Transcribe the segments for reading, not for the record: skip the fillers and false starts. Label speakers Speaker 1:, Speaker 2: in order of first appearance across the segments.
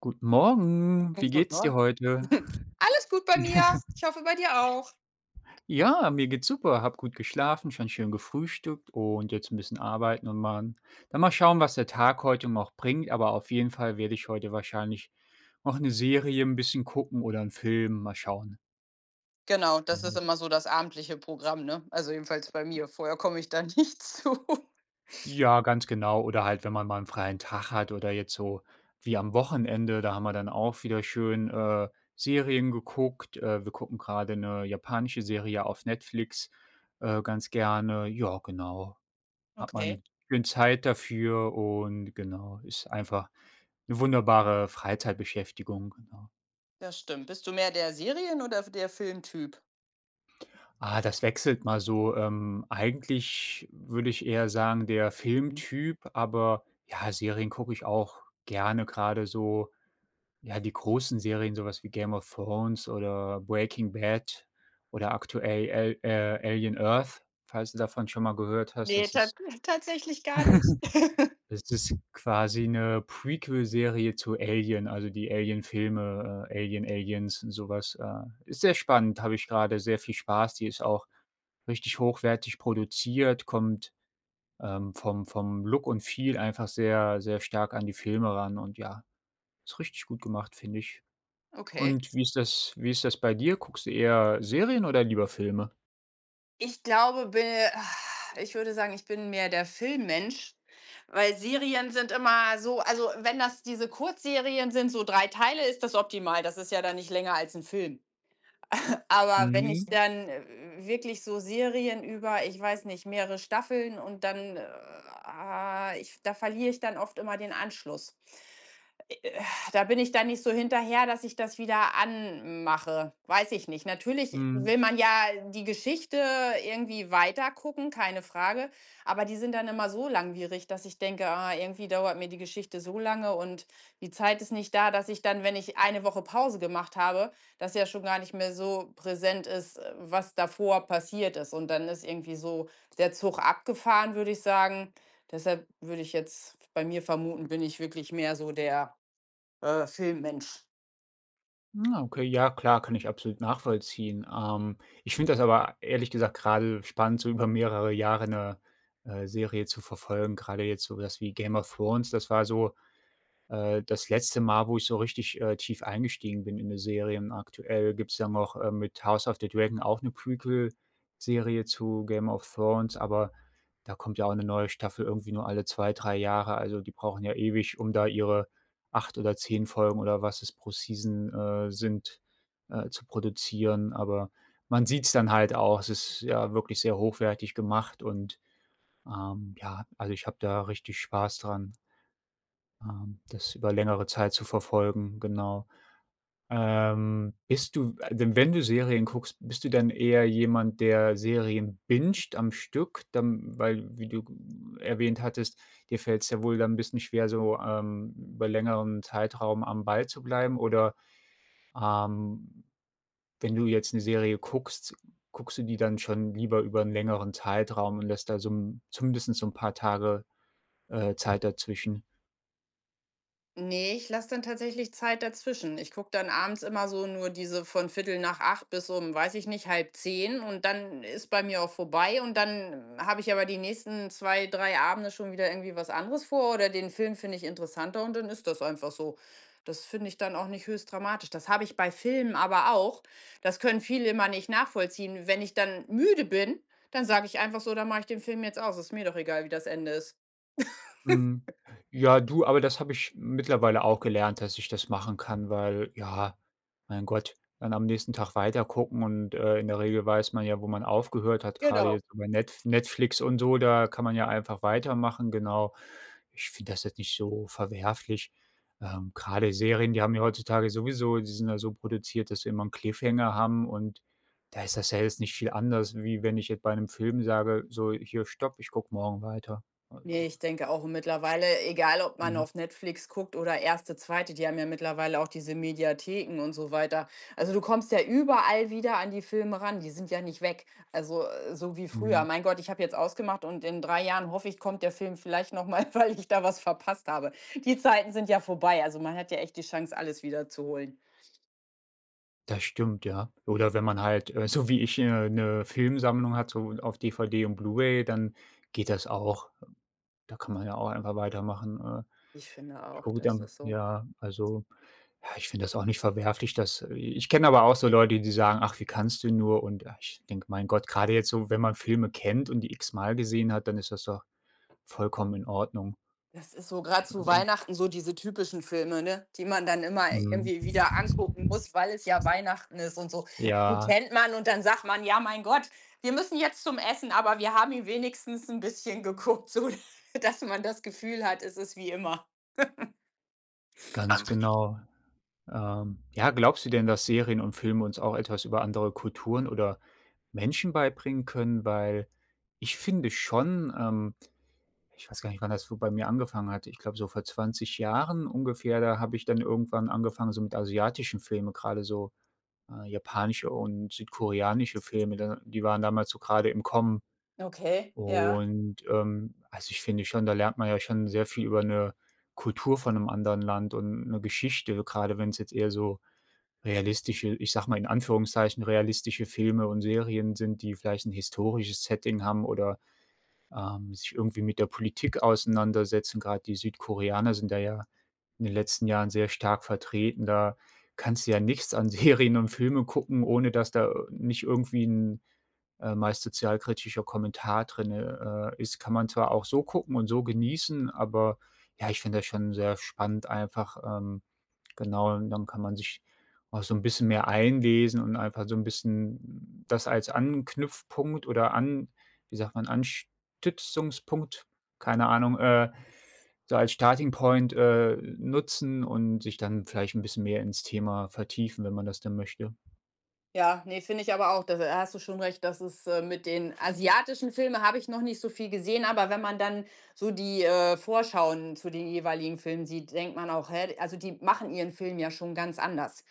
Speaker 1: Guten Morgen, wie
Speaker 2: Guten
Speaker 1: geht's dir
Speaker 2: Morgen.
Speaker 1: heute?
Speaker 2: Alles gut bei mir. Ich hoffe bei dir auch.
Speaker 1: Ja, mir geht's super, hab gut geschlafen, schon schön gefrühstückt und jetzt ein bisschen arbeiten und mal dann mal schauen, was der Tag heute noch bringt, aber auf jeden Fall werde ich heute wahrscheinlich noch eine Serie ein bisschen gucken oder einen Film, mal schauen.
Speaker 2: Genau, das ist immer so das abendliche Programm, ne? Also jedenfalls bei mir. Vorher komme ich da nicht zu.
Speaker 1: Ja, ganz genau. Oder halt, wenn man mal einen freien Tag hat oder jetzt so wie am Wochenende, da haben wir dann auch wieder schön, Serien geguckt. Wir gucken gerade eine japanische Serie auf Netflix, ganz gerne. Ja, genau. Hat
Speaker 2: Okay,
Speaker 1: man schön Zeit dafür und genau, ist einfach eine wunderbare Freizeitbeschäftigung, genau.
Speaker 2: das stimmt. Bist du mehr der Serien- oder der Filmtyp?
Speaker 1: Ah, das wechselt mal so. Eigentlich würde ich eher sagen, der Filmtyp, aber ja, Serien gucke ich auch gerne, gerade so. Ja, die großen Serien, sowas wie „Game of Thrones" oder „Breaking Bad" oder aktuell Al „Alien Earth", falls du davon schon mal gehört hast.
Speaker 2: Nee,
Speaker 1: Das ist
Speaker 2: tatsächlich gar nicht.
Speaker 1: das ist quasi 'ne Prequel-Serie zu Alien, also die Alien-Filme, Alien, Aliens und so. Ist sehr spannend, habe ich grade sehr viel Spaß. Die ist auch richtig hochwertig produziert, kommt, vom Look und Feel einfach sehr, sehr stark an die Filme ran und ja, ist richtig gut gemacht, finde ich.
Speaker 2: Okay.
Speaker 1: Und wie ist das bei dir? Guckst du eher Serien oder lieber Filme?
Speaker 2: Ich glaube, ich würde sagen, ich bin mehr der Filmmensch, weil Serien sind immer so, also wenn das diese Kurzserien sind, so drei Teile, ist das optimal. Das ist ja dann nicht länger als ein Film. Aber wenn ich
Speaker 1: Mhm,
Speaker 2: dann wirklich so Serien über, ich weiß nicht, mehrere Staffeln und dann, da verliere ich dann oft immer den Anschluss. Da bin ich dann nicht so hinterher, dass ich das wieder anmache. Weiß ich nicht. Natürlich
Speaker 1: mhm.
Speaker 2: will man ja die Geschichte irgendwie weitergucken, keine Frage. Aber die sind dann immer so langwierig, dass ich denke, ah, irgendwie dauert mir die Geschichte so lange und die Zeit ist nicht da, dass ich dann, wenn ich eine Woche Pause gemacht habe, das ja schon gar nicht mehr so präsent ist, was davor passiert ist. Und dann ist irgendwie so der Zug abgefahren, würde ich sagen. Deshalb würde ich jetzt bei mir vermuten, bin ich wirklich mehr so der Filmmensch.
Speaker 1: Ah, okay, ja klar, kann ich absolut nachvollziehen. Ich finde das aber ehrlich gesagt gerade spannend, so über mehrere Jahre eine Serie zu verfolgen. Gerade jetzt so das wie „Game of Thrones", das war so. Das letzte Mal, wo ich so richtig, tief eingestiegen bin in eine Serie, und aktuell gibt es ja noch, mit „House of the Dragon" auch eine Prequel-Serie zu „Game of Thrones", aber da kommt ja auch eine neue Staffel irgendwie nur alle 2, 3 Jahre. Also, die brauchen ja ewig, um da ihre 8 oder 10 Folgen oder was es pro Season, sind, zu produzieren. Aber man sieht es dann halt auch, es ist ja wirklich sehr hochwertig gemacht und, ja, also, ich habe da richtig Spaß dran. Das über längere Zeit zu verfolgen, genau. Bist du denn, wenn du Serien guckst, bist du dann eher jemand, der Serien binged am Stück, dann weil, wie du erwähnt hattest, dir fällt es ja wohl dann ein bisschen schwer, so, über längeren Zeitraum am Ball zu bleiben, oder, ähm, wenn du jetzt eine Serie guckst, guckst du die dann schon lieber über einen längeren Zeitraum und lässt da so 'n zumindest so ein paar Tage, Zeit dazwischen?
Speaker 2: Ne, ich lasse dann tatsächlich Zeit dazwischen. Ich gucke dann abends immer so nur diese von Viertel nach acht bis um, weiß ich nicht, halb zehn, und dann ist bei mir auch vorbei und dann habe ich aber die nächsten 2, 3 Abende schon wieder irgendwie was anderes vor oder den Film finde ich interessanter und dann ist das einfach so. Das finde ich dann auch nicht höchst dramatisch. Das habe ich bei Filmen aber auch. Das können viele immer nicht nachvollziehen. Wenn ich dann müde bin, dann sage ich einfach so: „Dann mache ich den Film jetzt aus. Ist mir doch egal, wie das Ende ist."
Speaker 1: Mhm. Ja, du, aber das habe ich mittlerweile auch gelernt, dass ich das machen kann, weil ja, mein Gott, dann am nächsten Tag weiter gucken und, in der Regel weiß man ja, wo man aufgehört hat, gerade
Speaker 2: Genau.
Speaker 1: jetzt über Netflix und so, da kann man ja einfach weitermachen, genau. Ich finde das jetzt nicht so verwerflich. Grade Serien, die haben ja heutzutage sowieso, die sind ja so produziert, dass sie immer einen Cliffhanger haben, und da ist das ja jetzt nicht viel anders, wie wenn ich jetzt bei einem Film sage: „So, hier, stopp, ich gucke morgen weiter."
Speaker 2: Ne,
Speaker 1: Also,
Speaker 2: ich denke auch und mittlerweile, egal ob man
Speaker 1: mhm.
Speaker 2: auf Netflix guckt oder erste zweite, die haben ja mittlerweile auch diese Mediatheken und so weiter. Also, du kommst ja überall wieder an die Filme ran, die sind ja nicht weg. Also, so wie früher.
Speaker 1: Mhm.
Speaker 2: Mein Gott, ich habe jetzt ausgemacht und in 3 Jahren hoffe ich, kommt der Film vielleicht noch mal, weil ich da was verpasst habe. Die Zeiten sind ja vorbei. Also, man hat ja echt die Chance, alles wieder zu holen.
Speaker 1: Das stimmt, ja. Oder wenn man halt, so wie ich, eine Filmsammlung hat, so auf DVD und Blu-ray, dann geht das auch. Da kann man ja auch einfach weitermachen.
Speaker 2: Ich finde
Speaker 1: Ich
Speaker 2: auch,
Speaker 1: gucke
Speaker 2: das
Speaker 1: dann
Speaker 2: ist so.
Speaker 1: ja, also, ja, ich finde das auch nicht verwerflich, dass ich kenne aber auch so Leute, die sagen: „Ach, wie kannst du nur?" Und, ah, ich denke: „Mein Gott", gerade jetzt so, wenn man Filme kennt und die x-mal gesehen hat, dann ist das doch vollkommen in Ordnung.
Speaker 2: Das ist so gerade zu Weihnachten so diese typischen Filme, ne, die man dann immer
Speaker 1: Mhm.
Speaker 2: irgendwie wieder angucken muss, weil es ja Weihnachten ist und so. Ja. Die
Speaker 1: Ja.
Speaker 2: kennt man und dann sagt man: „Ja, mein Gott, wir müssen jetzt zum Essen, aber wir haben ihn wenigstens ein bisschen geguckt", so dass man das Gefühl hat, es ist wie immer.
Speaker 1: Ganz
Speaker 2: Ganz genau.
Speaker 1: genau. Ja, glaubst du denn, dass Serien und Filme uns auch etwas über andere Kulturen oder Menschen beibringen können? Weil ich finde schon, ich weiß gar nicht, wann das so bei mir angefangen hat. Ich glaube, so vor 20 Jahren ungefähr, da habe ich dann irgendwann angefangen, so mit asiatischen Filmen, gerade so japanische und südkoreanische Filme, da, die waren damals so gerade im Kommen.
Speaker 2: Okay, ja.
Speaker 1: Und, also, ich finde schon, da lernt man ja schon sehr viel über eine Kultur von einem anderen Land und eine Geschichte, gerade wenn es jetzt eher so realistische, ich sag mal in Anführungszeichen, realistische Filme und Serien sind, die vielleicht ein historisches Setting haben oder, sich irgendwie mit der Politik auseinandersetzen. Gerade die Südkoreaner sind da ja in den letzten Jahren sehr stark vertreten. Da kannst du ja nichts an Serien und Filme gucken, ohne dass da nicht irgendwie 'n meist sozialkritischer Kommentar drinne, ist, kann man zwar auch so gucken und so genießen, aber ja, ich finde das schon sehr spannend einfach, genau, und dann kann man sich auch so ein bisschen mehr einlesen und einfach so ein bisschen das als Anknüpfpunkt oder an, wie sagt man, Anstützungspunkt, keine Ahnung, so als Starting Point, nutzen und sich dann vielleicht ein bisschen mehr ins Thema vertiefen, wenn man das denn möchte.
Speaker 2: Ja, ne, finde ich aber auch. Das da hast du schon recht, dass es, mit den asiatischen Filme habe ich noch nicht so viel gesehen, aber wenn man dann so die, Vorschauen zu den jeweiligen Filmen sieht, denkt man auch: „Hä?" Also, die machen ihren Film ja schon ganz anders.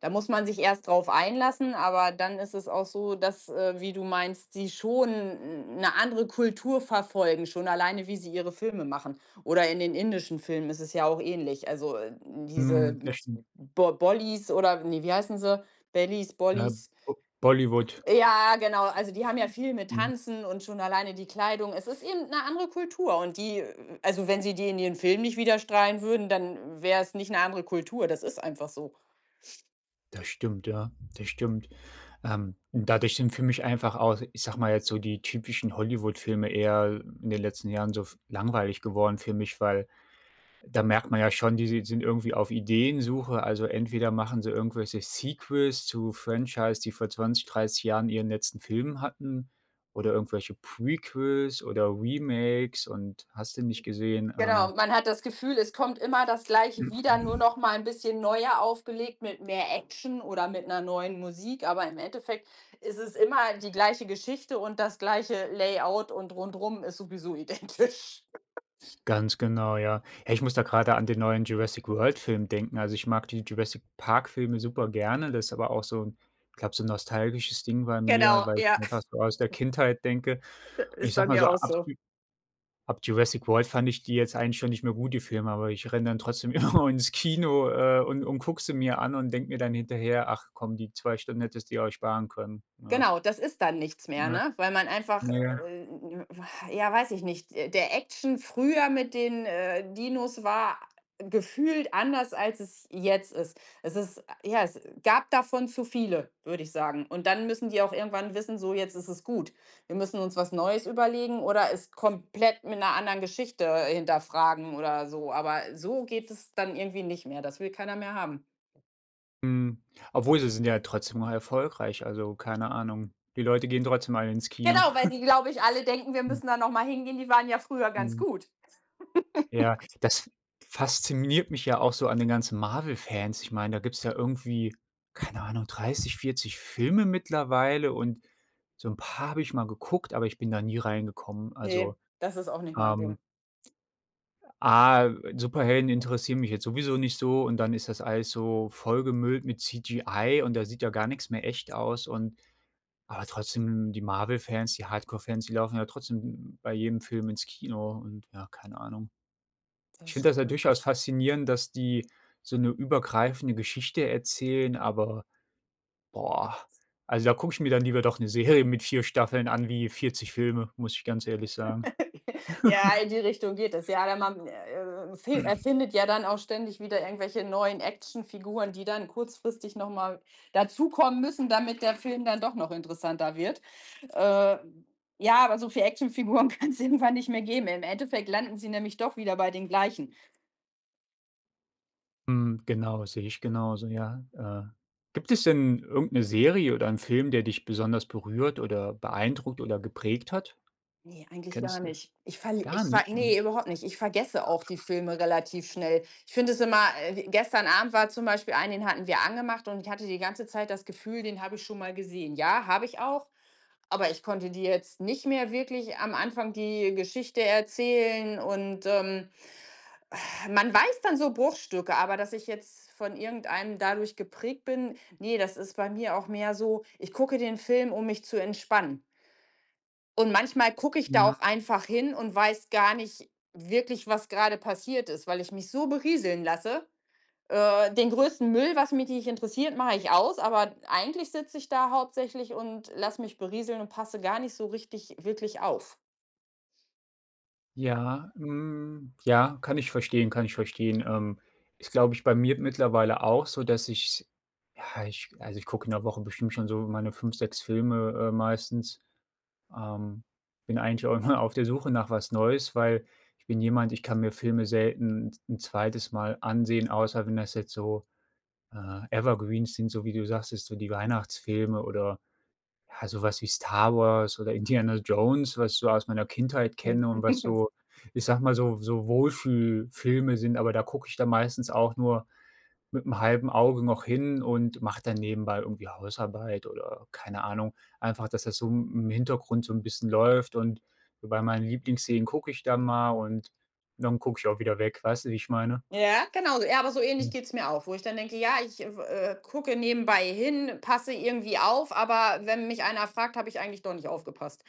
Speaker 2: Da muss man sich erst drauf einlassen, aber dann ist es auch so, dass, wie du meinst, die schon eine andere Kultur verfolgen, schon alleine, wie sie ihre Filme machen. Oder in den indischen Filmen ist es ja auch ähnlich. Also, diese
Speaker 1: Mhm,
Speaker 2: Mhm.
Speaker 1: das stimmt.
Speaker 2: Bo Bollis oder ne, wie heißen sie? Bellies,
Speaker 1: Ja,
Speaker 2: Bollies,
Speaker 1: Bo Bollywood.
Speaker 2: ja, genau. Also, die haben ja viel mit
Speaker 1: Mhm.
Speaker 2: Tanzen und schon alleine die Kleidung. Es ist eben eine andere Kultur und die also, wenn sie die in ihren Film nicht widerstrahlen würden, dann wäre es nicht eine andere Kultur. Das ist einfach so.
Speaker 1: Das stimmt, ja, das stimmt. Und dadurch sind für mich einfach auch, ich sage mal jetzt so, die typischen Hollywood-Filme eher in den letzten Jahren so f langweilig geworden für mich, weil da merkt man ja schon, die si sind irgendwie auf Ideensuche. Also, entweder machen sie irgendwelche Sequels zu Franchise, die vor 20, 30 Jahren ihren letzten Film hatten, oder irgendwelche Prequels oder Remakes und hast du nicht gesehen.
Speaker 2: Genau, man hat das Gefühl, es kommt immer das Gleiche wieder, nur noch mal ein bisschen neuer aufgelegt mit mehr Action oder mit einer neuen Musik, aber im Endeffekt ist es immer die gleiche Geschichte und das gleiche Layout und rundrum ist sowieso identisch.
Speaker 1: Ganz genau, ja. Ja, ich muss da gerade an den neuen Jurassic World-Film denken. Also, ich mag die Jurassic Park-Filme super gerne. Das ist aber auch so 'n, ich glaube, so 'n nostalgisches Ding bei mir,
Speaker 2: Genau,
Speaker 1: weil ich
Speaker 2: ja,
Speaker 1: mir einfach so aus der Kindheit denke. Und ich
Speaker 2: ist bei
Speaker 1: sage mal
Speaker 2: mir
Speaker 1: so,
Speaker 2: auch so.
Speaker 1: Ab Jurassic World fand ich die jetzt eigentlich schon nicht mehr gut, die Filme, aber ich renne dann trotzdem immer ins Kino, und gucke sie mir an und denke mir dann hinterher: „Ach komm, die 2 Stunden hättest du dir auch sparen können." Ja,
Speaker 2: Genau, das ist dann nichts mehr,
Speaker 1: ne?
Speaker 2: ne? Weil man einfach,
Speaker 1: Ja.
Speaker 2: ja, weiß ich nicht, der Action früher mit den, Dinos war gefühlt anders, als es jetzt ist. Es ist ja, es gab davon zu viele, würde ich sagen. Und dann müssen die auch irgendwann wissen, so jetzt ist es gut. Wir müssen uns was Neues überlegen oder es komplett mit einer anderen Geschichte hinterfragen oder so. Aber so geht es dann irgendwie nicht mehr. Das will keiner mehr haben.
Speaker 1: Mhm. Obwohl, sie sind ja trotzdem noch erfolgreich, also, keine Ahnung. Die Leute gehen trotzdem alle ins Kino.
Speaker 2: Genau, weil sie, glaube ich, alle denken, wir
Speaker 1: Mhm,
Speaker 2: müssen da noch mal hingehen, die waren ja früher ganz
Speaker 1: mhm.
Speaker 2: gut.
Speaker 1: Ja, das fasziniert mich ja auch so an den ganzen Marvel-Fans. Ich meine, da gibt's ja irgendwie, keine Ahnung, 30, 40 Filme mittlerweile und so 'n paar habe ich mal geguckt, aber ich bin da nie reingekommen.
Speaker 2: Ne,
Speaker 1: Also,
Speaker 2: das ist auch nicht mein Ding.
Speaker 1: ähm, A, Superhelden interessieren mich jetzt sowieso nicht so und dann ist das alles so vollgemüllt mit CGI und da sieht ja gar nix mehr echt aus und aber trotzdem, die Marvel-Fans, die Hardcore-Fans, die laufen ja trotzdem bei jedem Film ins Kino und ja, keine Ahnung. Ich
Speaker 2: Das
Speaker 1: finde das ja
Speaker 2: stimmt.
Speaker 1: durchaus faszinierend, dass die so 'ne übergreifende Geschichte erzählen, aber boah, also da gucke ich mir dann lieber doch 'ne Serie mit 4 Staffeln an wie 40 Filme, muss ich ganz ehrlich sagen.
Speaker 2: Ja, in die Richtung geht es. Ja, der Mann, fi erfindet ja dann auch ständig wieder irgendwelche neuen Actionfiguren, die dann kurzfristig noch mal dazukommen müssen, damit der Film dann doch noch interessanter wird. Äh, ja, aber so viele Actionfiguren kann es irgendwann nicht mehr geben. Im Endeffekt landen sie nämlich doch wieder bei den gleichen.
Speaker 1: Mhm, genau, sehe ich genauso, ja. Gibt es denn irgend 'ne Serie oder 'n Film, der dich besonders berührt oder beeindruckt oder geprägt hat?
Speaker 2: Nee, eigentlich gar
Speaker 1: Kennst du?
Speaker 2: nicht. Ich verli ich
Speaker 1: Gar
Speaker 2: ver
Speaker 1: nicht? Mhm.
Speaker 2: nee überhaupt nicht. Ich vergesse auch die Filme relativ schnell. Ich finde es immer gestern Abend war zum Beispiel einen, den hatten wir angemacht und ich hatte die ganze Zeit das Gefühl, den habe ich schon mal gesehen. Ja, habe ich auch, aber ich konnte dir jetzt nicht mehr wirklich am Anfang die Geschichte erzählen und, man weiß dann so Bruchstücke, aber dass ich jetzt von irgendeinem dadurch geprägt bin, nee, das ist bei mir auch mehr so, ich gucke den Film, um mich zu entspannen. Und manchmal gucke ich da
Speaker 1: Mhm.
Speaker 2: auch einfach hin und weiß gar nicht wirklich, was gerade passiert ist, weil ich mich so berieseln lasse. Den größten Müll, was mich nicht interessiert, mache ich aus, aber eigentlich sitze ich da hauptsächlich und lasse mich berieseln und passe gar nicht so richtig wirklich auf.
Speaker 1: Ja, hm, ja, kann ich verstehen, kann ich verstehen. Ist, glaube ich, bei mir mittlerweile auch so, dass ich, ja, ich, also, ich gucke in der Woche bestimmt schon so meine 5, 6 Filme, meistens. Ähm, Bin eigentlich auch immer auf der Suche nach was Neues, weil ich bin jemand, ich kann mir Filme selten ein zweites Mal ansehen, außer wenn das jetzt so, Evergreens sind, so wie du sagst, ist so die Weihnachtsfilme oder ja, so was wie Star Wars oder Indiana Jones, was ich so aus meiner Kindheit kenne und
Speaker 2: Mhm.
Speaker 1: was so, ich sag mal, so Wohlfühlfilme sind, aber da gucke ich dann meistens auch nur mit einem halben Auge noch hin und mache dann nebenbei irgendwie Hausarbeit oder keine Ahnung, einfach, dass das so im Hintergrund so ein bisschen läuft, und bei meinen Lieblingsszenen gucke ich dann mal und dann gucke ich auch wieder weg. Weißt du, wie ich meine?
Speaker 2: Ja, genau. Ja, aber so ähnlich
Speaker 1: Ja.
Speaker 2: geht es mir auch, wo ich dann denke, ja, ich gucke nebenbei hin, passe irgendwie auf, aber wenn mich einer fragt, habe ich eigentlich doch nicht aufgepasst.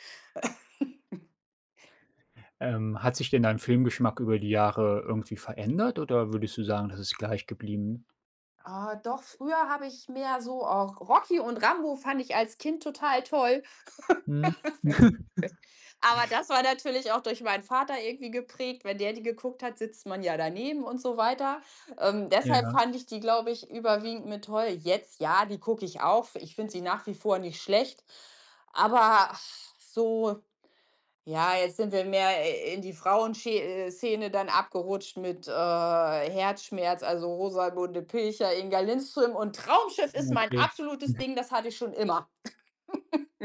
Speaker 1: Hat sich denn dein Filmgeschmack über die Jahre irgendwie verändert oder würdest du sagen, das ist gleich geblieben?
Speaker 2: Ah, doch, früher habe ich mehr so auch Rocky und Rambo fand ich als Kind total toll,
Speaker 1: Mhm.
Speaker 2: aber das war natürlich auch durch meinen Vater irgendwie geprägt. Wenn der die geguckt hat, sitzt man ja daneben und so weiter.
Speaker 1: Ja,
Speaker 2: Deshalb fand ich die, glaube ich, überwiegend mit toll. Jetzt, ja, die gucke ich auch. Ich finde sie nach wie vor nicht schlecht, aber ach, so ja, jetzt sind wir mehr, in die Frauenschä Szene dann abgerutscht mit, Herzschmerz, also Rosamunde Pilcher, Inga Lindström und Traumschiff ist mein
Speaker 1: okay.
Speaker 2: absolutes Ding, das hatte ich schon immer.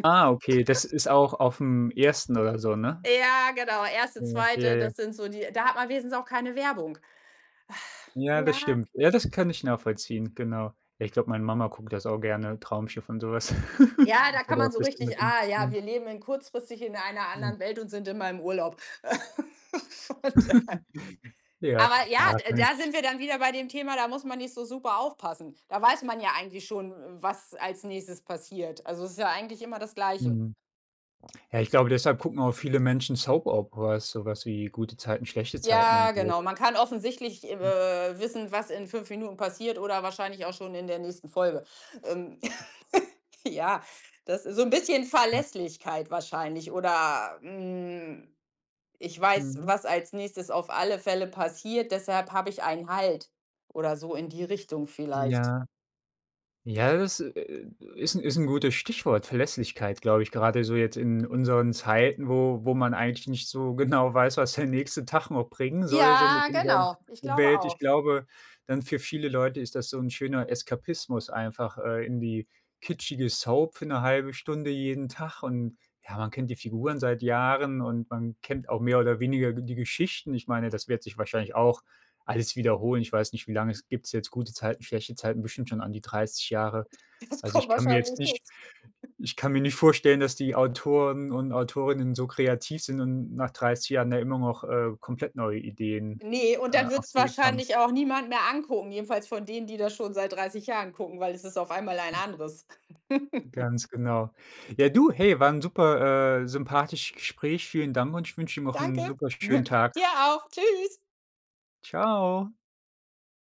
Speaker 1: Ah, okay, das ist auch auf'm ersten oder so, ne?
Speaker 2: Ja, genau, erste,
Speaker 1: Ja, ja,
Speaker 2: zweite,
Speaker 1: ja.
Speaker 2: das sind so die, da hat man wenigstens auch keine Werbung.
Speaker 1: Ja, das
Speaker 2: Ja.
Speaker 1: stimmt. Ja, das kann ich nachvollziehen, genau. Ja, ich glaube, meine Mama guckt das auch gerne, Traumschiff und so was.
Speaker 2: Ja, da
Speaker 1: Da
Speaker 2: kann man
Speaker 1: läuft
Speaker 2: so
Speaker 1: das immer
Speaker 2: richtig
Speaker 1: dann.
Speaker 2: ja,
Speaker 1: Mhm,
Speaker 2: wir leben in kurzfristig in einer
Speaker 1: mhm.
Speaker 2: anderen Welt und sind immer im Urlaub. Und
Speaker 1: Ja,
Speaker 2: Aber ja,
Speaker 1: ja, kann
Speaker 2: da
Speaker 1: ich
Speaker 2: sind wir dann wieder bei dem Thema, da muss man nicht so super aufpassen. Da weiß man ja eigentlich schon, was als nächstes passiert. Also es ist ja eigentlich immer das Gleiche.
Speaker 1: mhm. Ja, ich glaube, deshalb gucken auch viele Menschen Soap Operas, so was wie „Gute Zeiten, schlechte Zeiten"
Speaker 2: Ja,
Speaker 1: und so.
Speaker 2: genau. Man kann offensichtlich wissen, was in 5 Minuten passiert oder wahrscheinlich auch schon in der nächsten Folge. Ähm, ja, das ist so ein bisschen
Speaker 1: Mhm,
Speaker 2: Verlässlichkeit wahrscheinlich oder ich weiß,
Speaker 1: mhm.
Speaker 2: was als nächstes auf alle Fälle passiert, deshalb habe ich einen Halt oder so in die Richtung vielleicht.
Speaker 1: Ja. Ja, das, ist ein gutes Stichwort, Verlässlichkeit, glaube ich, gerade so jetzt in unseren Zeiten, wo man eigentlich nicht so genau weiß, was der nächste Tag noch bringen soll, so mit
Speaker 2: Ja,
Speaker 1: unserer
Speaker 2: genau. Ich glaube
Speaker 1: Welt. Ich
Speaker 2: auch.
Speaker 1: glaube, dann für viele Leute ist das so ein schöner Eskapismus einfach, in die kitschige Soap für eine halbe Stunde jeden Tag, und ja, man kennt die Figuren seit Jahren und man kennt auch mehr oder weniger die Geschichten. Ich meine, das wird sich wahrscheinlich auch alles wiederholen. Ich weiß nicht, wie lange es gibt es jetzt gute Zeiten, schlechte Zeiten, bestimmt schon an die 30 Jahre.
Speaker 2: Das
Speaker 1: Also,
Speaker 2: kommt wahrscheinlich jetzt.
Speaker 1: ich kann mir nicht vorstellen, dass die Autoren und Autorinnen so kreativ sind und nach 30 Jahren da immer noch, komplett neue Ideen,
Speaker 2: Ne, und dann
Speaker 1: auf
Speaker 2: wird's
Speaker 1: die haben.
Speaker 2: wahrscheinlich auch niemand mehr angucken, jedenfalls von denen, die das schon seit 30 Jahren gucken, weil es ist auf einmal ein anderes.
Speaker 1: Ganz genau. Ja, du, hey, war ein super, sympathisches Gespräch. Vielen Dank und ich wünsche dir noch einen
Speaker 2: Danke.
Speaker 1: super schönen Tag.
Speaker 2: Dir auch. Tschüss.
Speaker 1: Ciao.